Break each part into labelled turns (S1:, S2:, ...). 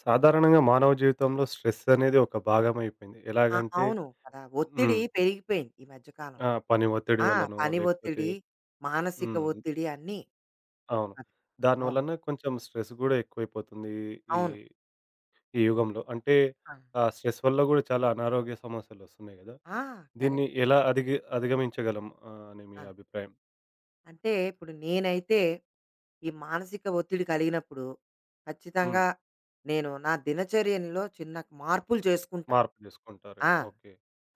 S1: సాధారణంగా మానవ జీవితంలో స్ట్రెస్ అనేది ఒక భాగం అయిపోయింది.
S2: ఆ!
S1: ఎలాగంటే
S2: అవును కదా! ఒత్తిడి
S1: హ్మ్.
S2: పెరిగిపోయింది ఈ మధ్య
S1: ఆ!
S2: కాలంలో.
S1: పని ఒత్తిడి
S2: ఆ!
S1: వల్లనో
S2: పని
S1: లేకపోతే
S2: ఒత్తిడి, మానసిక
S1: హ్మ్.
S2: ఒత్తిడి అన్నీ.
S1: అవును.
S2: అదే.
S1: దాని
S2: అవును.
S1: వలన కొంచెం స్ట్రెస్ గూడా ఎక్కువైపోతుంది. ఈ
S2: అవును.
S1: ఈ యుగంలో. అంటే
S2: ఆ!
S1: ఆ స్ట్రెస్ వల్ల గూడా చాలా అనారోగ్య సమస్యలొస్తున్నాయి గదా!
S2: ఆ!
S1: దీన్ని
S2: కరెక్ట్.
S1: ఎలా అధిగమించగలం అని మీ
S2: ఆ!
S1: అభిప్రాయం?
S2: అంటే ఇప్పుడు నేనైతే ఈ మానసిక ఒత్తిడి కలిగినప్పుడు
S1: హ్మ్.
S2: ఖచ్చితంగా నేను నా దినచర్యలో చిన్న మార్పులు చేసుకుంటా.
S1: మార్పు జేసుకుంటారేమో.
S2: ఆ!
S1: ఓకే.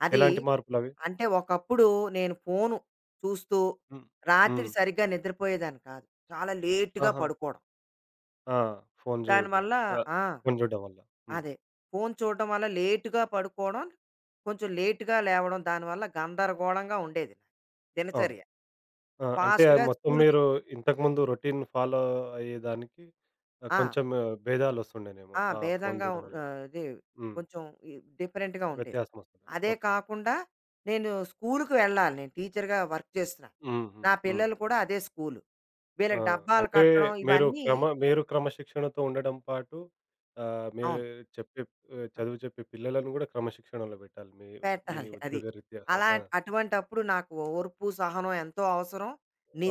S2: అది
S1: ఎలాంటి మార్పులవి?
S2: అంటే ఒకప్పుడు నేను ఫోను చూస్తూ
S1: హ్మ్.
S2: రాత్రి
S1: హ్మ్.
S2: సరిగ్గా నిద్రపోయేదాన్ని కాదు. చాలా లేట్‌గా
S1: ఆహా!
S2: పడుకోవడం.
S1: ఆ! ఫోను జూడడం.
S2: దానివల్ల
S1: ఆ!
S2: ఆ!
S1: ఫోను జూడడం వల్ల. హ్మ్.
S2: అదే. ఫోను చూడడం వల్ల లేట్‌గా పడుకోవడం, కొంచెం లేట్‌గా లేవడం, దానివల్ల గందరగోళంగా ఉండేది. నా
S1: అవును.
S2: దినచర్య.
S1: ఆ! అంటే అది
S2: ఫాస్ట్‌గా
S1: మొత్తం
S2: స్కూలుకి.
S1: మీరు ఇంతకుముందు రొటీన్ ఫాలో అయ్యేదానికి
S2: ఆ!
S1: కొంచెం భేదాలొస్తుండేనేమో.
S2: ఆ!
S1: ఆ ఫోను
S2: భేదంగా
S1: జూడడం వల్ల.
S2: ఇది
S1: హ్మ్.
S2: కొంచెం ఈ డిఫరెంట్‌గా ఉండేది.
S1: వ్యత్యాసమొస్తుంది.
S2: అదే
S1: ఓకే.
S2: కాకుండా నేను స్కూలుకి వెళ్ళాలి. నేను టీచర్‌గా వర్క్ చేస్తున్నాను.
S1: హ్మ్. హ్మ్.
S2: నా
S1: హ్మ్.
S2: పిల్లలు కూడా అదే స్కూలు.
S1: ఆ!
S2: వీళ్ళకి డబ్బాలు
S1: అంటే
S2: కట్టడం ఇవన్నీ.
S1: మీరు క్రమశిక్షణతో ఉండడం పాటు మీరు
S2: అవును.
S1: చెప్పే చదువు చెప్పే పిల్లలను గూడా క్రమశిక్షణలో బెట్టాలి. మీ మీ
S2: పెట్టాలి అది.
S1: ఉద్యోగరీత్యా. ఆ!
S2: అలా
S1: ఆ!
S2: అటువంటప్పుడు నాకు ఓర్పు, సహనం ఎంతో అవసరం.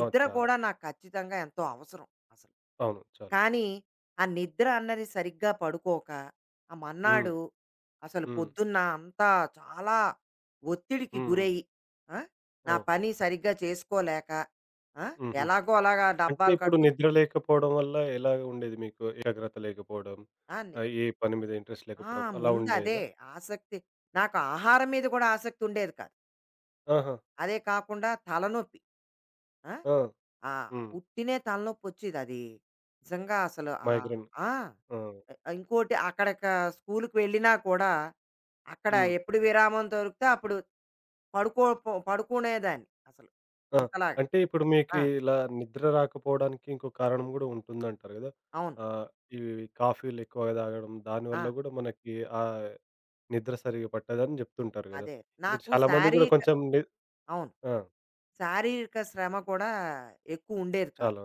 S1: అవును. చాలా.
S2: కూడా నాకు ఖచ్చితంగా ఎంతో అవసరం అసలు.
S1: అవును. చాలా.
S2: కానీ ఆ నిద్ర అన్నది సరిగ్గా పడుకోక, ఆ
S1: హ్మ్.
S2: మన్నాడు అసలు
S1: హ్మ్.
S2: పొద్దున్న అంతా చాలా ఒత్తిడికి
S1: హ్మ్. హ్మ్.
S2: గురయ్యి, ఆ! నా
S1: ఓహ్!
S2: పని సరిగ్గా చేసుకోలేక, ఆ!
S1: హుహు.
S2: ఎలాగో అలాగా
S1: అంటే
S2: డబ్బాలు
S1: ఇప్పుడు
S2: కట్టుకుని.
S1: నిద్ర లేకపోవడం వల్ల ఎలా ఉండేది మీకు? ఏకాగ్రత లేకపోవడం,
S2: ఆ!
S1: ఏ పని మీద ఇంట్రెస్ట్
S2: ఆ!
S1: లేకపోవడం అలా
S2: ముందదే
S1: ఉండేదా?
S2: ఆసక్తి. నాకు ఆహారం మీద కూడా ఆసక్తి ఉండేది కాదు.
S1: ఆహా!
S2: అదే కాకుండా తలనొప్పి. ఆ!
S1: ఆ!
S2: ఆ!
S1: హ్మ్.
S2: ఉట్టినే తలనొప్పొచ్చేదది. నిజంగా అసలు.
S1: మైగ్రేన్.
S2: ఆ!
S1: ఆ!
S2: ఇంకోటి స్కూలుకి వెళ్ళినా కూడా, అక్కడ
S1: హ్మ్.
S2: ఎప్పుడు విరామం దొరికితే అప్పుడు పడుకో పొ పడుకునేదాన్ని అసలు.
S1: ఆ!
S2: అంతలాగా.
S1: అంటే ఇప్పుడు మీకు
S2: ఆ!
S1: ఇలా నిద్ర రాకపోవడానికి ఇంకో కారణం గూడా ఉంటుందంటారు గదా!
S2: అవును.
S1: ఆహ్, ఇవి కాఫీలు ఎక్కువగా తాగడం
S2: ఆ!
S1: దానివల్ల గూడా మనకి ఆ నిద్ర సరిగ్గా పట్టదని జెప్తుంటారు గదా!
S2: అదే.
S1: ఇప్పుడు
S2: నాకు
S1: చాలా మంది గూడా
S2: శారీరక.
S1: కొంచెం
S2: అవును.
S1: ఆ!
S2: శారీరక శ్రమ కూడా ఎక్కువుండేది కాదు.
S1: చాలా.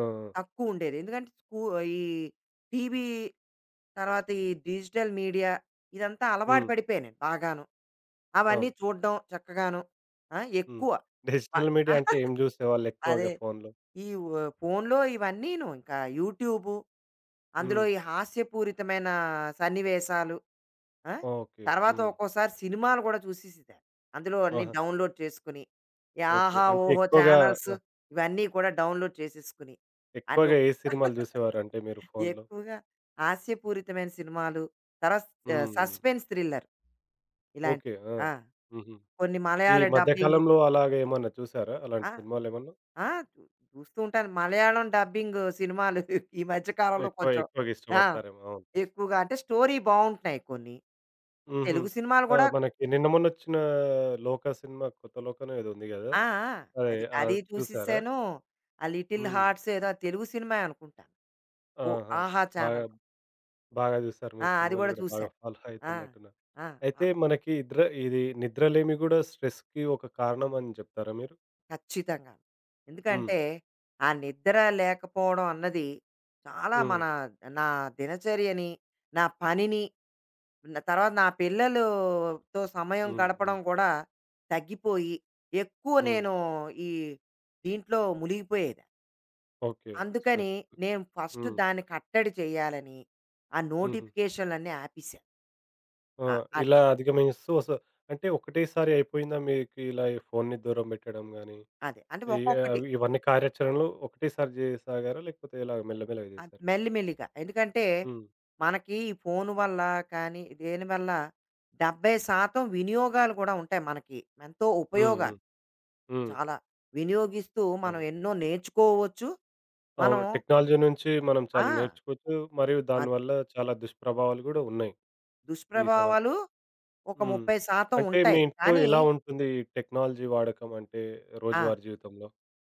S1: ఆ! ఆ!
S2: తక్కువుండేది. ఎందుకంటే ఈ టీవీ, తర్వాత ఈ డిజిటల్ మీడియా ఇదంతా అలవాటు
S1: హ్మ్.
S2: పడిపోయాను నేను బాగాను. అవన్నీ
S1: అవును.
S2: చూడ్డం చక్కగాను. ఆ!
S1: హ్మ్.
S2: ఎక్కువ. వ
S1: డిజిటల్ మీడియా అంటే ఏం జూసేవాళ్ళు
S2: అదే.
S1: ఎక్కువగా ఫోన్‌లో?
S2: ఈ వ ఫోన్‌లో ఇవన్నీను ఇంకా యూట్యూబు, అందులో
S1: హ్మ్.
S2: ఈ హాస్యపూరితమైన సన్నివేశాలు. ఆ!
S1: ఓకే.
S2: తర్వాత
S1: హ్మ్.
S2: ఒక్కోసారి సినిమాలు గూడా చూసేసేదాన్ని. అందులో అన్నీ
S1: ఆహా!
S2: డౌన్‌లోడ్ చేసుకొని, ఈ
S1: ఓకే.
S2: ఆహా!
S1: అంటే
S2: ఓహో!
S1: ఎక్కువగా
S2: ఛానల్స్
S1: ఆ!
S2: ఇవన్నీ కూడా డౌన్‌లోడ్ చేసేసుకుని, అన్ను
S1: ఎక్కువగా ఏ సినిమాలు జూసేవారంటే మీరు ఫోన్‌లో?
S2: ఎక్కువగా హాస్యపూరితమైన సినిమాలు, తర్వాత
S1: హ్మ్. హ్మ్.
S2: Suspense thriller.
S1: ఓకే.
S2: ఇలాంటివి.
S1: ఆ!
S2: ఆ!
S1: హుహు.
S2: కొన్ని
S1: ఈ
S2: మలయాళ
S1: మధ్య
S2: డబ్బింగ్.
S1: కాలంలో అలాగా ఏమన్నా చూసారా? అలాంటి
S2: ఆ!
S1: సినిమాలేమన్నా?
S2: ఆ! చూ చూస్తూ ఉంటాను. మలయాళం డబ్బింగ్ సినిమాలు ఈ మధ్య కాలంలో కొంచెం.
S1: ఎక్కువగా
S2: ఆ!
S1: ఇష్టపడతారేమో. అవును.
S2: ఎక్కువగా అంటే స్టోరీ బావుంటున్నాయి కొన్ని.
S1: హుహు.
S2: తెలుగు సినిమాలు
S1: ఆ!
S2: గూడా.
S1: మనకి నిన్న మొన్నొచ్చిన 'లోక' సినిమా కొత్త 'లోకనో' ఏదో ఉంది గదా!
S2: ఆ! ఆ!
S1: అదే.
S2: అది అది
S1: అది చూసారా?
S2: చూసేసాను. ఆ 'లిటిల్
S1: హ్మ్.
S2: హార్ట్స్' ఏదో తెలుగు సినిమాయే అనుకుంటాను. ఓ
S1: ఆహా!
S2: ఆహా!
S1: బాగా
S2: ఛానెల్‌లో.
S1: బాగా చూసారు
S2: ఆ!
S1: మీరు
S2: అది
S1: సినిమాలు
S2: గూడా
S1: గూడా బాగా
S2: చూశాను.
S1: ఫాలో
S2: ఆ!
S1: అయితున్నట్టున్నారు.
S2: ఆ! ఆ!
S1: అయితే మనకి ఇది నిద్రలేమి గూడా స్ట్రెస్‌కి ఒక కారణం అని చెప్తారా మీరు?
S2: ఖచ్చితంగా.
S1: హ్మ్.
S2: ఎందుకంటే ఆ నిద్ర లేకపోవడం అన్నది చాలా
S1: హ్మ్.
S2: మన నా దినచర్యని, నా పనిని, తర్వాత నా పిల్లలుతో సమయం
S1: హ్మ్. హ్మ్.
S2: గడపడం కూడా తగ్గిపోయి, ఎక్కువ
S1: హ్మ్.
S2: నేను ఈ దీంట్లో మునిగిపోయేదాన్ని.
S1: ఓకే.
S2: అందుకని
S1: స్ట్రెస్.
S2: నేను ఫస్ట్
S1: హ్మ్.
S2: దాన్ని కట్టడి చేయాలని, ఆ
S1: హుహు.
S2: నోటిఫికేషన్‌లన్నీ ఆపేశాను.
S1: ఆ!
S2: అ అద్
S1: ఇలా అధిగమిస్తూ వస్తు అంటే ఒకటేసారి అయిపోయిందా మీకు ఇలా ఈ ఫోన్‌ని దూరం పెట్టడం గాని,
S2: అదే. అంటే
S1: ఈ
S2: ఒక్కొక్కటి
S1: అవి ఇవన్నీ కార్యాచరణలు ఒకటేసారి జేయసాగారా? లేకపోతే ఇలా మెల్లమెల్లగా జేసారా?
S2: మెల్లి మెల్లిగా. ఎందుకంటే,
S1: హ్మ్.
S2: మనకి ఈ ఫోను వల్ల కానీ, దేనివల్ల 70% వినియోగాలు కూడా ఉంటాయి మనకి. ఎంతో
S1: హ్మ్. హ్మ్.
S2: ఉపయోగాలు
S1: హ్మ్.
S2: చాలా. వినియోగిస్తూ మనం
S1: అవును.
S2: ఎన్నో నేర్చుకోవచ్చు. మనం
S1: అవును. టెక్నాలజీ నుంచి మనం
S2: ఆ!
S1: చాలా నేర్చుకోవచ్చు. మరియు
S2: అది.
S1: దానివల్ల చాలా దుష్ప్రభావాలు గూడా ఉన్నాయి. ఈ సమ
S2: దుష్ప్రభావాలు ఒక
S1: హ్మ్.
S2: 30%
S1: అంటే మీ
S2: ఉంటాయి.
S1: ఇంట్లో
S2: కానీ
S1: ఎలా ఉంటుంది ఈ టెక్నాలజీ వాడకం అంటే
S2: ఆ!
S1: రోజువారీ జీవితంలో?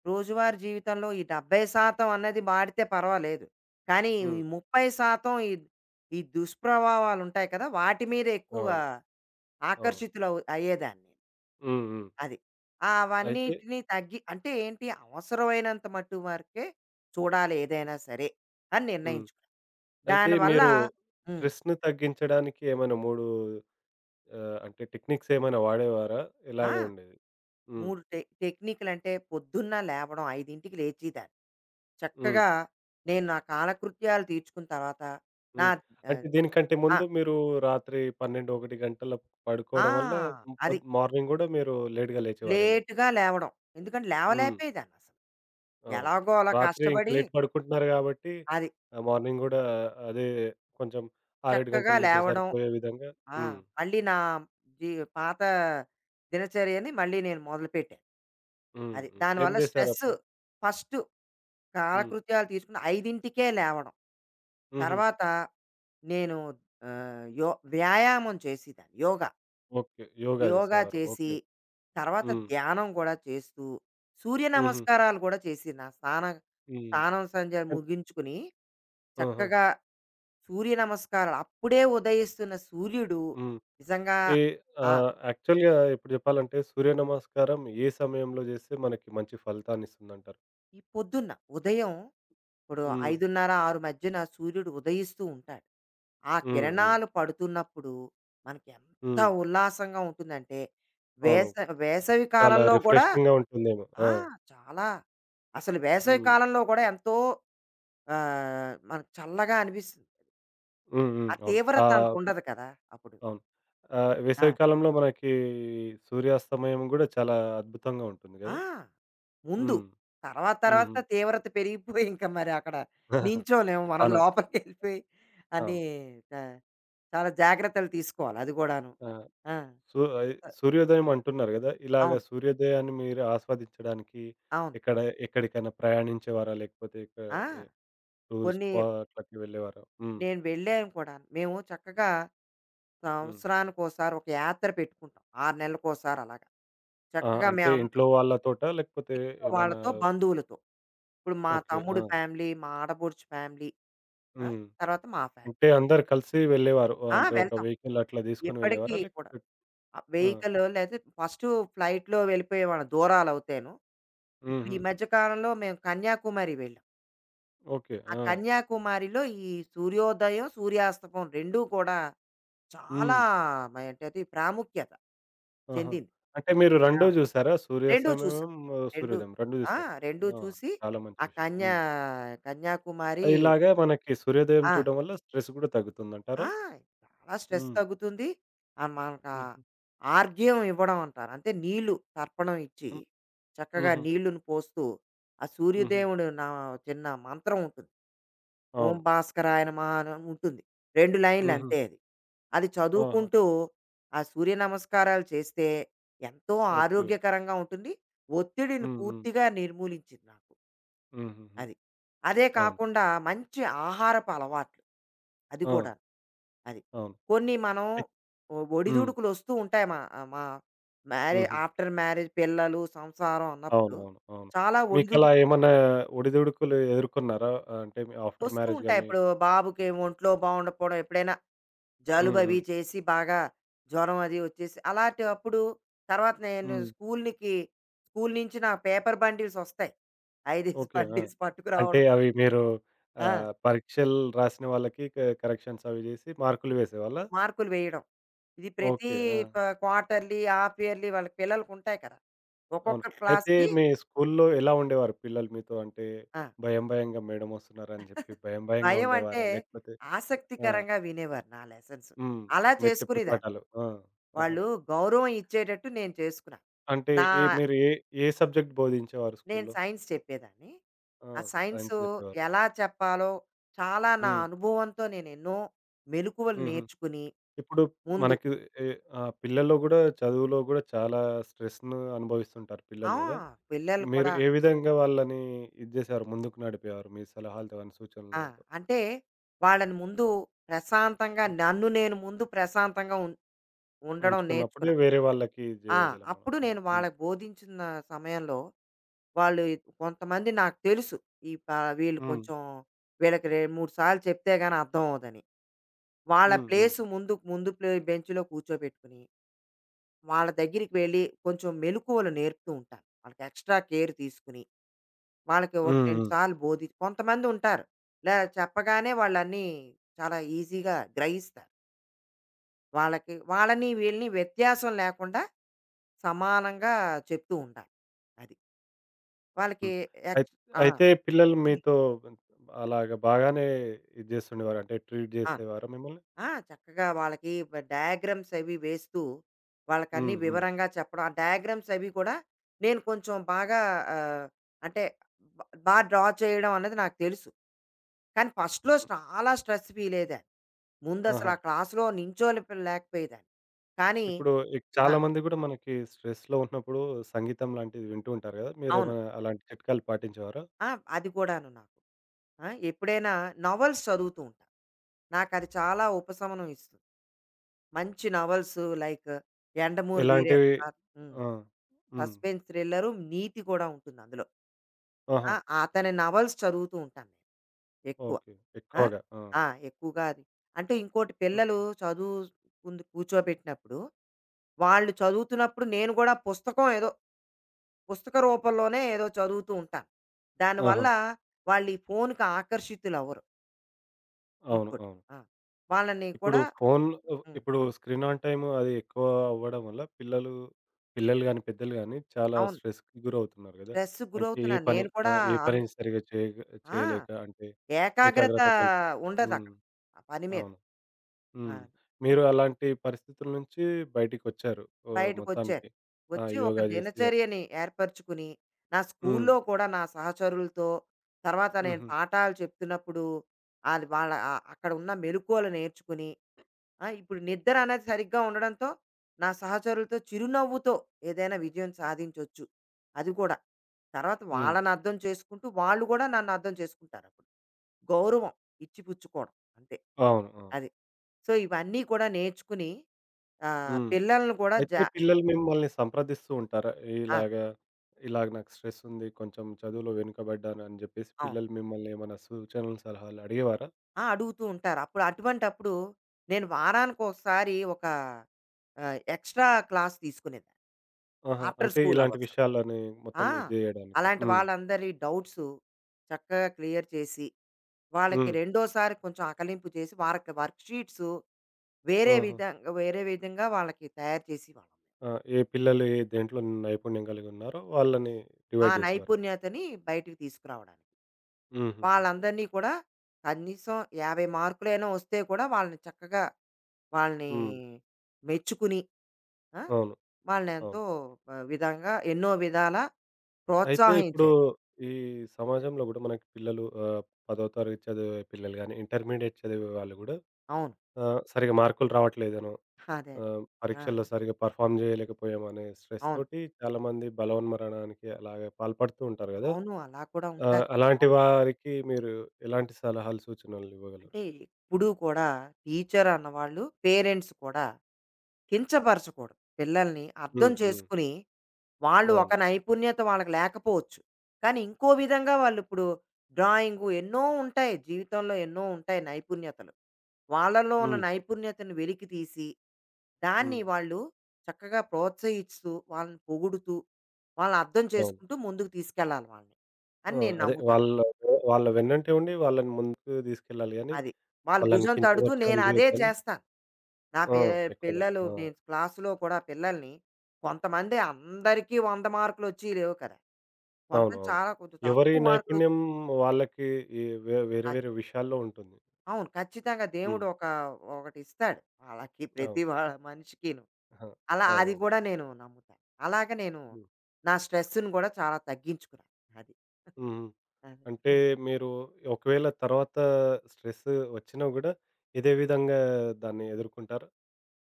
S2: రోజువారీ జీవితంలో ఈ 70% అన్నది వాడితే పర్వాలేదు. కానీ ఈ
S1: హ్మ్.
S2: 30% ఈ ఈ దుష్ప్రభావాలుంటాయి కదా! వాటి మీద ఎక్కువగా
S1: అవును. అవును.
S2: ఆకర్షితులవు అయ్యేదాన్ని నేను.
S1: హ్మ్. హ్మ్.
S2: అది. ఆ
S1: అయితే
S2: అవన్నిటిని తగ్గి అంటే ఏంటి అవసరమైనంత మట్టు వరకే చూడాలి ఏదైనా సరే అని
S1: హ్మ్.
S2: నిర్ణయించుకున్నా.
S1: అయితే
S2: దానివల్ల
S1: మీరు
S2: హ్మ్.
S1: స్ట్రెస్‌ని తగ్గించడానికి ఏమైనా 3 అంటే టెక్నిక్స్ ఏమైనా వాడేవారా?
S2: ఆ!
S1: ఎలాగ ఉండేది? హ్మ్.
S2: 3 టెక్నిక్‌లంటే పొద్దున్న లేవడం 5కి లేచేదాన్ని.
S1: హ్మ్.
S2: చక్కగా నేను నా కాలకృత్యాలు తీర్చుకున్న తర్వాత నా
S1: హ్మ్. అంటే దీనికంటే ముందు
S2: ఆ!
S1: మీరు రాత్రి 12, 1 గంటల
S2: ఆ!
S1: పడుకోవడం వల్ల
S2: అది
S1: మార్నింగ్ గూడా మీరు లేట్‌గా లేచేవారేమో.
S2: లేట్‌గా లేవడం. ఎందుకంటే
S1: హ్మ్.
S2: లేవలేకపోయేదాన్నసలు.
S1: అవును.
S2: ఎలాగో అలా
S1: రాత్రి ఇంక
S2: కష్టపడి
S1: లేట్ పడుకుంటున్నారు గాబట్టి
S2: అది
S1: మార్నింగ్ గూడా అదే కొంచెం 6, 7
S2: చక్కగా
S1: గంటలు నిద్ర
S2: లేవడం.
S1: సరిపోయే విధంగా
S2: ఆ!
S1: హ్మ్.
S2: మళ్ళీ నా జీ పాత దినచర్యని మళ్ళీ నేను మొదలుపెట్టాను.
S1: హ్మ్.
S2: అది
S1: హ్మ్. ఏం
S2: దానివల్ల స్ట్రెస్.
S1: జేశారప్పుడు?
S2: ఫస్టు
S1: హ్మ్.
S2: కాలకృత్యాలు తీసుకుని 5కే లేవడం.
S1: హుహు.
S2: తర్వాత నేను ఆహ్, యో వ్యాయామం చేసేదాన్ని. యోగా.
S1: ఓకే. యోగా
S2: యోగా
S1: జేసేవారు.
S2: చేసి,
S1: ఓకే.
S2: తర్వాత
S1: హ్మ్.
S2: ధ్యానం గూడా చేస్తూ, సూర్య
S1: హుహు.
S2: నమస్కారాలు గూడా చేసి నా
S1: హ్మ్.
S2: స్నానం సంధ్య
S1: అన్
S2: ముగించుకుని,
S1: ఆహా!
S2: చక్కగా సూర్య నమస్కారాలు అప్పుడే ఉదయిస్తున్న సూర్యుడు
S1: హ్మ్.
S2: నిజంగా.
S1: ఏ
S2: ఆ!
S1: యాక్చువల్‌గా ఇప్పుడు జెప్పాలంటే సూర్య నమస్కారం ఏ సమయంలో జేస్తే మనకి మంచి ఫలితాన్నిస్తుందంటారు?
S2: ఈ పొద్దున్న ఉదయం ఇప్పుడు
S1: హ్మ్.
S2: 5:30, 6 మధ్యన సూర్యుడు ఉదయిస్తూ ఉంటాడు. ఆ
S1: హ్మ్. హ్మ్.
S2: కిరణాలు పడుతున్నప్పుడు మనకి ఎంత
S1: హ్మ్.
S2: ఉల్లాసంగా ఉంటుందంటే
S1: అవును.
S2: వేస వేసవి
S1: చాలా
S2: కాలంలో కూడా.
S1: రిఫ్రెషింగ్‌గా ఉంటుందేమో. ఆ!
S2: ఆ! చాలా. అసలు వేసవి
S1: హ్మ్.
S2: కాలంలో కూడా ఎంతో మనకు చల్లగా అనిపిస్తుంది.
S1: హ్మ్. హ్మ్.
S2: ఆ
S1: అవును.
S2: తీవ్రత అంత
S1: ఆహ్,
S2: ఉండదు కదా! అప్పుడు.
S1: అవును.
S2: ఆ!
S1: వేసవి కాలంలో మనకి సూర్యాస్తమయం గూడా చాలా అద్భుతంగా ఉంటుంది
S2: ఆ!
S1: గదా!
S2: ముందు.
S1: హ్మ్.
S2: తర్వాత
S1: హుహు.
S2: తర్వాత తీవ్రత పెరిగిపోయి ఇంక మరి అక్కడ నించోలేము. మనం
S1: అవును.
S2: లోపలికెళ్ళిపోయి అని
S1: అవును.
S2: చా చాలా జాగ్రత్తలు తీసుకోవాలి అది గూడాను.
S1: ఆ!
S2: ఆ!
S1: సు అయి సూర్యోదయం అంటున్నారు గదా! ఇలాగ
S2: అవును.
S1: సూర్యోదయాన్ని మీరు ఆస్వాదించడానికి
S2: అవును.
S1: ఎక్కడ ఎక్కడికైనా ప్రయాణించేవారా? లేకపోతే ఇక ఎ
S2: ఆ!
S1: టూరిస్ట్
S2: కొన్ని
S1: స్పాట్‌లకి వెళ్ళేవారా? హ్మ్.
S2: నేను వెళ్ళాను కూడాను. మేము చక్కగా
S1: హ్మ్.
S2: సంవత్సరానికోసారి ఒక యాత్ర పెట్టుకుంటాం. 6 నెలలకోసారి అలాగా.
S1: ఆ!
S2: చక్కగా
S1: అంటే
S2: మేమందరం
S1: ఇంట్లో వాళ్ళతోటా? లేకపోతే ఏమన్నా
S2: వాళ్ళతో బంధువులతో. ఇప్పుడు మా
S1: ఓకే.
S2: తమ్ముడు
S1: ఆ!
S2: ఫ్యామిలీ, మా ఆడబొడుచు ఫ్యామిలీ, ఆ!
S1: హ్మ్.
S2: తర్వాత మా ఫ్యామిలీ.
S1: అంటే అందరూ కలిసి వెళ్ళేవారు. ఆ,
S2: ఆ!
S1: అంటే ఒక
S2: వెళ్తాం.
S1: వెహికల్ అట్లా తీసుకొని
S2: ఇప్పటికీ
S1: వెళ్ళేవారా?
S2: కూడా.
S1: లేకపోతే
S2: ఆహ్,
S1: ఆ!
S2: వెహికల్ లేతే ఫస్టు ఫ్లైట్‌లో వెళ్ళిపోయేవాళ్ళం దూరాలవుతేను. ఇప్పుడు
S1: హుహు.
S2: ఈ మధ్య కాలంలో మేము కన్యాకుమారి వెళ్ళాం.
S1: ఓకే.
S2: ఆ
S1: ఆ!
S2: కన్యాకుమారిలో ఈ సూర్యోదయం, సూర్యాస్తమం 2 కూడా చాలా
S1: హ్మ్.
S2: ఏంటది ప్రాముఖ్యత
S1: ఆహా!
S2: చెందింది.
S1: అంటే మీరు
S2: ఆ!
S1: 2 జూసారా?
S2: 2 చూసాం.
S1: సూర్యాస్తమయం, ఆ,
S2: 2
S1: సూర్యోదయం 2
S2: ఆ!
S1: జూసారు.
S2: 2
S1: ఆ!
S2: చూసి
S1: చాలా మంచి
S2: ఆ
S1: విషయం. హ్మ్.
S2: కన్యాకుమారి.
S1: ఇలాగే మనకి సూర్యోదయం
S2: ఆ!
S1: చూడడం వల్ల స్ట్రెస్ గూడా
S2: ఆ!
S1: తగ్గుతుందంటారా?
S2: చాలా స్ట్రెస్
S1: హ్మ్.
S2: తగ్గుతుంది. ఆహ్, మనకా
S1: హుహు.
S2: ఆర్ఘ్యం ఇవ్వడం అంటారు. అంటే నీళ్లు తర్పణం ఇచ్చి,
S1: హ్మ్.
S2: చక్కగా
S1: హుహు.
S2: నీళ్ళుని పోస్తూ, ఆ
S1: హుహు.
S2: సూర్యదేవుడు నా చిన్న మంత్రం ఉంటుంది. ఓం
S1: అవును.
S2: భాస్కరాయ నమః అని ఉంటుంది. 2 లైన్‌లు
S1: హుహు.
S2: అంతే అది. అది
S1: ఆహా!
S2: చదువుకుంటూ ఆ సూర్య నమస్కారాలు చేస్తే ఎంతో
S1: ఓకే.
S2: ఆరోగ్యకరంగా ఉంటుంది. ఒత్తిడిని
S1: హ్మ్. హ్మ్.
S2: పూర్తిగా నిర్మూలించింది నాకు.
S1: హుహుహు.
S2: అది. అదే
S1: అవును.
S2: కాకుండా మంచి ఆహారపు అలవాట్లు. అది
S1: ఆ!
S2: కూడా. అది.
S1: అవును.
S2: కొన్ని మనం
S1: అయి హ్మ్.
S2: ఒడిదుడుకులొస్తూ ఉంటాయి. మా మా
S1: హుహు.
S2: ఆఫ్టర్ మ్యారేజ్ పిల్లలు, సంసారం అన్నప్పుడు
S1: అవునవును. అవును.
S2: చాలా
S1: మీకలా
S2: ఒడిదుడుకులొస్తూ
S1: ఏమన్నా ఒడిదుడుకులు ఎదుర్కొన్నారా? ఆ, అంటే మీ ఆఫ్టర్ మ్యారేజ్
S2: ఉంటాయి.
S1: గాని
S2: ఇప్పుడు బాబుకి ఒంట్లో బాగుండకపోవడం ఎప్పుడైనా
S1: హ్మ్.
S2: జలుబవి
S1: హ్మ్.
S2: చేసి బాగా జ్వరం అది వచ్చేసి అలాంటప్పుడు. తర్వాత నేను
S1: హ్మ్.
S2: స్కూల్‌కి, స్కూల్ నుంచి నా పేపర్ బండిల్స్ వస్తాయి. 5, 5
S1: ఓకే. ఆ!
S2: బండిల్స్
S1: అంటే
S2: పట్టుకురావడం.
S1: అవి మీరు
S2: ఆ!
S1: పరీక్షలు రాసిన వాళ్ళకి కరెక్షన్స్ అవి జేసి మార్కులు వేసేవాళ్ళా?
S2: మార్కులు వేయడం. ఇది ప్రతి
S1: ఓకే. ఆ!
S2: ప క్వార్టర్‌లీ, హాఫ్ ఇయర్‌లీ వాళ్ళ పిల్లలకుంటాయి కదా!
S1: అవును.
S2: ఒక్కొక్క
S1: అయితే
S2: క్లాస్‌కి.
S1: మీ స్కూలులో ఎలా ఉండేవారు పిల్లలు మీతో? అంటే
S2: ఆ!
S1: భయం భయంగా మేడం వస్తున్నారని చెప్పి భయం భయంగా
S2: భయం అంటే
S1: ఉండేవారా? లేకపోతే ఆ!
S2: ఆసక్తికరంగా వినేవారు నా లెసన్స్.
S1: హ్మ్.
S2: అలా
S1: మీరు చెప్పే
S2: చేసుకునేదాన్ని.
S1: పాఠాలు. ఆ! ఆహా!
S2: వాళ్ళు గౌరవం ఇచ్చేటట్టు నేను చేసుకున్నాను.
S1: అంటే
S2: నా
S1: ఏ మీరు ఏ, ఏ సబ్జెక్ట్ బోధించేవారు
S2: నేను
S1: స్కూలులో?
S2: సైన్స్ చెప్పేదాన్ని.
S1: ఆ!
S2: ఆ
S1: సైన్స్
S2: సైన్సు
S1: జెప్పేవారు.
S2: ఎలా చెప్పాలో చాలా నా
S1: హ్మ్.
S2: అనుభవంతో నేనెన్నో మెలుకువలు
S1: హుహు.
S2: నేర్చుకుని
S1: ఇప్పుడు
S2: ముందు.
S1: మనకి ఎ పిల్లల్లో గూడా చదువులో గూడా చాలా స్ట్రెస్‌ను అనుభవిస్తుంటారు
S2: ఆ!
S1: పిల్లలు గదా!
S2: పిల్లలు
S1: మీరు
S2: కూడా.
S1: ఏ విధంగా వాళ్ళని ఇది జేశారు? ముందుకు నడిపేవారు మీ సలహాలతో గాని,
S2: ఆ!
S1: సూచనలతో?
S2: అంటే వాళ్ళని ముందు ప్రశాంతంగా నన్ను నేను ముందు ప్రశాంతంగా ఉండడం
S1: ఉంచుకున్నప్పుడే
S2: నేర్చుకున్నా.
S1: వేరే వాళ్ళకి
S2: ఆ!
S1: జేయగలం మనం.
S2: అప్పుడు
S1: అవును.
S2: నేను
S1: హ్మ్.
S2: వాళ్ళకి బోధించిన సమయంలో వాళ్ళు కొంతమంది నాకు తెలుసు. ఈ ప వీళ్ళు
S1: హ్మ్.
S2: కొంచెం వీళ్ళకి 2, 3 సార్లు చెప్తే గాని అర్థం అవ్వదని. వాళ్ళ
S1: హ్మ్. హ్మ్.
S2: ప్లేసు ముందు ముందు ప్లే బెంచ్‌లో కూర్చోబెట్టుకుని వాళ్ళ దగ్గరికి వెళ్ళి కొంచెం మెలకువలు నేర్పుతూ ఉంటాను. వాళ్ళకి ఎక్స్‌ట్రా కేర్ తీసుకొని, వాళ్ళకి ఒక
S1: హ్మ్.
S2: 2
S1: హ్మ్.
S2: సార్లు కొంతమంది ఉంటారు. ఇలా చెప్పగానే వాళ్ళన్నీ చాలా ఈజీగా గ్రహిస్తారు. వాళ్ళకి వాళ్ళని వీళ్ళని వ్యత్యాసం లేకుండా సమానంగా చెప్తూ ఉండాలి. అది. వాళ్ళకి
S1: హ్మ్. అయిత్
S2: ఎక్స్ ఆ!
S1: అయితే పిల్లలు
S2: హ్మ్.
S1: మీతో అలాగా బాగానే ఇది జేస్తుండేవారా? అంటే ట్రీట్
S2: ఆ!
S1: జేసేవారా మిమ్మల్ని?
S2: ఆ! చక్కగా వాళ్ళకి డయాగ్రామ్స్ అవి వేస్తూ, వాళ్ళకన్నీ
S1: హ్మ్. హ్మ్.
S2: వివరంగా చెప్పడం. ఆ డయాగ్రామ్స్ అవి కూడా నేను కొంచెం బాగా ఆహ్, అంటే బ బా డ్రా చేయడం అన్నది నాకు తెలుసు. కానీ ఫస్ట్‌లో
S1: హుహు.
S2: చాలా స్ట్రెస్ ఫీలయ్యేదాన్ని. ముందసలు
S1: ఆహా!
S2: ఆ క్లాస్‌లో నించోని లేకపోయేదాన్ని. కానీ
S1: ఇప్పుడు
S2: ఆ!
S1: చాలా మంది గూడా మనకి స్ట్రెస్‌లో ఉన్నప్పుడు సంగీతం లాంటిది వింటూ ఉంటారు గదా!
S2: అవును.
S1: మీరేమైనా అలాంటి చిట్కాలు పాటించేవారా?
S2: ఆ! అది కూడాను నాకు. ఆ! ఎప్పుడైనా నవెల్స్ చదువుతూ ఉంటాను. నాకది చాలా ఉపశమనం ఇస్తుంది. మంచి నవెల్స్ లైక్ 'యండమూరి
S1: ఎలాంటివి?
S2: వీరేంద్రనాథ్'. హ్మ్.
S1: ఆ! హ్మ్.
S2: సస్పెన్స్ థ్రిల్లరు, నీతి కూడా ఉంటుంది అందులో.
S1: ఆహా!
S2: ఆ! అతని నవల్స్ చదువుతూ ఉంటాను నేను ఎక్కువ.
S1: ఓకే.
S2: ఆ!
S1: ఎక్కువగా. ఆ!
S2: ఆ! ఎక్కువగా అది. అంటే ఇంకోటి పిల్లలు
S1: హుహు.
S2: చదువు ముందు కూర్చోబెట్టినప్పుడు, వాళ్ళు చదువుతున్నప్పుడు నేను కూడా పుస్తకం ఏదో పుస్తక రూపంలోనే ఏదో చదువుతూ ఉంటాను. దానివల్ల
S1: ఆహా!
S2: వాళ్ళు ఈ ఫోన్‌కి ఆకర్షితులవ్వరు.
S1: అవును.
S2: ఇంకోటి.
S1: అవును.
S2: ఆ! వాళ్ళని
S1: ఇప్పుడు
S2: కూడా.
S1: ఫోన్
S2: హ్మ్.
S1: ఇప్పుడు స్క్రీన్ ఆన్ టైమ్ అది ఎక్కువ అవ్వడం వల్ల పిల్లలు పిల్లలు గాని, పెద్దలు గాని చాలా
S2: అవును.
S1: స్ట్రెస్‌కి గురవుతున్నారు గదా!
S2: స్ట్రెస్‌కి
S1: అంటే ఏ
S2: గురవుతున్నా
S1: పని
S2: నేను కూడా.
S1: ఏ
S2: అను
S1: పనిని సరిగ్గా చేయగ
S2: ఆ!
S1: చేయలేక అంటే
S2: ఏకాగ్రత
S1: ఏకాగ్రత హ్మ్.
S2: ఉండదక్కడ. ఆ పని మీద.
S1: అవును.
S2: ఆ!
S1: హ్మ్. మీరు అలాంటి పరిస్థితుల నుంచి బయటికొచ్చారు ఓహ్!
S2: బయటకొచ్చారు.
S1: మొత్తానికి. ఆ!
S2: వచ్చి ఒక
S1: యోగా జేసి
S2: దినచర్యని ఏర్పరుచుకుని, నా
S1: హ్మ్.
S2: స్కూల్లో కూడా నా సహచరులతో, తర్వాత నేను
S1: హుహు.
S2: పాఠాలు చెప్తున్నప్పుడు అది వాళ్ళ అక్కడ ఉన్న మెళకువలు నేర్చుకుని, ఆ! ఇప్పుడు నిద్ర అనేది సరిగ్గా ఉండడంతో, నా సహచరులతో చిరునవ్వుతో ఏదైనా విజయం సాధించొచ్చు. అది కూడా. తర్వాత
S1: హ్మ్.
S2: వాళ్ళని అర్థం చేసుకుంటూ, వాళ్ళు కూడా నన్ను అర్థం చేసుకుంటారప్పుడు. గౌరవం ఇచ్చిపుచ్చుకోవడం అంతే.
S1: అవును. అవును.
S2: అది. సో, ఇవన్నీ కూడా నేర్చుకుని
S1: హ్మ్.
S2: పిల్లల్ని కూడా
S1: అయితే పిల్లలు మిమ్మల్ని సంప్రదిస్తూ ఉంటారా?
S2: ఆ!
S1: ఇలాగ, ఇలాగ నాకు స్ట్రెస్ ఉంది. కొంచెం చదువులో వెనుకబడ్డాను అని జెప్పేసి
S2: అవును.
S1: పిల్లలు మిమ్మల్ని ఏమైనా సూచనలు, సలహాలు అడిగేవారా?
S2: ఆ! అడుగుతూ ఉంటారు. అప్పుడు అటువంటప్పుడు నేను వారానికోసారి ఒక ఎక్స్‌ట్రా క్లాస్ తీసుకునేదాన్ని.
S1: ఆహా!
S2: ఆఫ్టర్
S1: అంటే
S2: స్కూల్
S1: ఇలాంటి
S2: అవర్స్.
S1: విషయాలని మొత్తం
S2: ఆ!
S1: ఇది జేయడానికి.
S2: అలాంటి
S1: హ్మ్.
S2: వాళ్ళందరి డౌట్స్ చక్కగా క్లియర్ చేసి, వాళ్ళకి
S1: హ్మ్.
S2: రెండోసారి కొంచెం అకలింపు చేసి, వారికి వర్క్ షీట్స్ వేరే
S1: ఆహా!
S2: విధంగా వేరే విధంగా వాళ్ళకి తయారు చేసేవాళ్ళం.
S1: ఆ! ఏ పిల్లలు ఏ దేంట్లో నైపుణ్యం కలిగి ఉన్నారో వాళ్ళని
S2: ఆ
S1: డివైడ్ జేసేవారు.
S2: నైపుణ్యతని బయటికి తీసుకురావడానికి.
S1: హుహుహు.
S2: వాళ్ళందరినీ కూడా కనీసం 50 మార్కులైనా వస్తే కూడా వాళ్ళని చక్కగా వాళ్ళని
S1: హ్మ్.
S2: మెచ్చుకుని. ఆ?
S1: అవును.
S2: వాళ్ళని
S1: అవును.
S2: ఎంతో ఆ, విధంగా ఎన్నో విధాల
S1: అయితే ఇప్పుడు
S2: ప్రోత్సాహించేది.
S1: ఈ సమాజంలో గూడా మనకి పిల్లలు 10వ తరగతి చదివే పిల్లలు గాని, ఇంటర్మీడియేట్ చదివే వాళ్ళు గూడా
S2: అవును.
S1: సరిగ్గా మార్కులు రావట్లేదనో
S2: అదే అదే. ఆ,
S1: పరీక్షల్లో సరిగ్గా పెర్ఫార్మ్ చేయలేకపోయామనే స్ట్రెస్
S2: అవును.
S1: తోటి చాలామంది బలవన్మరణానికి అలాగే పాల్పడుతూ ఉంటారు గదా!
S2: అవును అలా కూడా ఉంటారు.
S1: అలాంటి
S2: అవును.
S1: వారికి మీరు ఎలాంటి సలహాలు, సూచనలు ఇవ్వగలరు?
S2: అంటే ఇప్పుడు కూడా టీచర్ అన్నవాళ్ళు పేరెంట్స్ కూడా కించపరచకూడదు పిల్లల్ని అర్థం
S1: హ్మ్. హ్మ్.
S2: చేసుకుని. వాళ్ళు ఒక
S1: అవును.
S2: నైపుణ్యత వాళ్ళకి లేకపోవచ్చు. కానీ ఇంకో విధంగా వాళ్ళు ఇప్పుడు డ్రాయింగ్ ఎన్నో ఉంటాయి జీవితంలో ఎన్నో ఉంటాయి నైపుణ్యతలు. వాళ్ళలో ఉన్న
S1: హ్మ్.
S2: నైపుణ్యతను వెలికి తీసి, దాన్ని
S1: హ్మ్.
S2: వాళ్ళు చక్కగా ప్రోత్సహిస్తూ, వాళ్ళని పొగుడుతూ, వాళ్ళని అర్థం
S1: అవును.
S2: చేసుకుంటూ ముందుకు తీసుకెళ్ళాలి వాళ్ళని
S1: ఆ!
S2: అని నేను
S1: అదే
S2: నమ్ముతా.
S1: వాళ్ళ వాళ్ళ వెన్నంటే ఉండి వాళ్ళని ముందుకు తీసుకెళ్ళాలి గానీ,
S2: అది. వాళ్ళ
S1: వాళ్ళని
S2: భుజం తడుతూ
S1: కించపరచడం
S2: నేనదే
S1: చేయొద్దని
S2: చేస్తాను. నా
S1: ఆ!
S2: పి
S1: ఎక్కువగా.
S2: పిల్లలు
S1: ఆ!
S2: నేను క్లాస్‌లో కూడా పిల్లల్ని కొంతమంది అందరికీ 100 మార్కులొచ్చేవి లేవు కదా! కొంత
S1: అవును. అవును.
S2: చాలా కొంచెం
S1: ఎవరి
S2: తక్కువ మార్కులు వచ్చి-
S1: నైపుణ్యం వాళ్ళకి ఈ వేరే
S2: అది.
S1: వేరే విషయాల్లో ఉంటుంది.
S2: అవును. ఖచ్చితంగా
S1: హ్మ్.
S2: దేవుడు ఒక ఒకటిస్తాడు వాళ్ళకి ప్రతి
S1: అవును.
S2: మనిషికిను.
S1: ఆ!
S2: అలా అది
S1: అవునవును.
S2: గూడా నేను నమ్ముతాను. అలాగ నేను
S1: హ్మ్.
S2: నా స్ట్రెస్‌ని గూడా చాలా తగ్గించుకున్నాను. అది.
S1: హుహు.
S2: అదే.
S1: అంటే మీరు ఒకవేళ తర్వాత స్ట్రెస్ వచ్చినా గూడా ఇదే విధంగా దాన్ని ఎదుర్కుంటారా?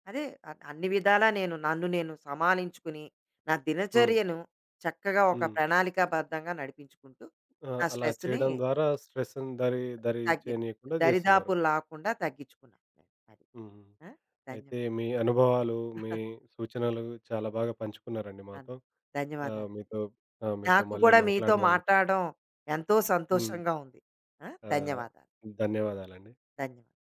S2: అదే అన్ని విధాలా నేను నన్ను నేను సమాలించుకుని, నా
S1: హ్మ్.
S2: దినచర్యను చక్కగా ఒక
S1: హ్మ్.
S2: ప్రణాళికాబద్ధంగా నడిపించుకుంటూ,
S1: ఆ!
S2: నా
S1: అలా
S2: స్ట్రెస్‌ని
S1: చేయడం ద్వారా స్ట్రెస్‌ని దరి దరి
S2: తగ్గి
S1: చేయనీయకుండా జేస్తున్నారు.
S2: దరిదాపులు లాకుండా తగ్గించుకున్నాను నేను. అది.
S1: హుహు.
S2: ఆ!
S1: అయితే
S2: ధన్యవాదాలు.
S1: మీ అనుభవాలు, మీ సూచనలు చాలా బాగా పంచుకున్నారండి
S2: అదే.
S1: మాతో. ఆహ్,
S2: ధన్యవాదాలండి.
S1: మీతో ఆ! మీతో
S2: నాకు
S1: మళ్ళీ
S2: కూడా మీతో
S1: మాట్లాడదాం.
S2: మాట్లాడడం ఎంతో
S1: హ్మ్.
S2: సంతోషంగా ఉంది. ఆ!
S1: ఆహ్,
S2: ధన్యవాదాలు.
S1: ధన్యవాదాలండి.
S2: ధన్యవాదాలు.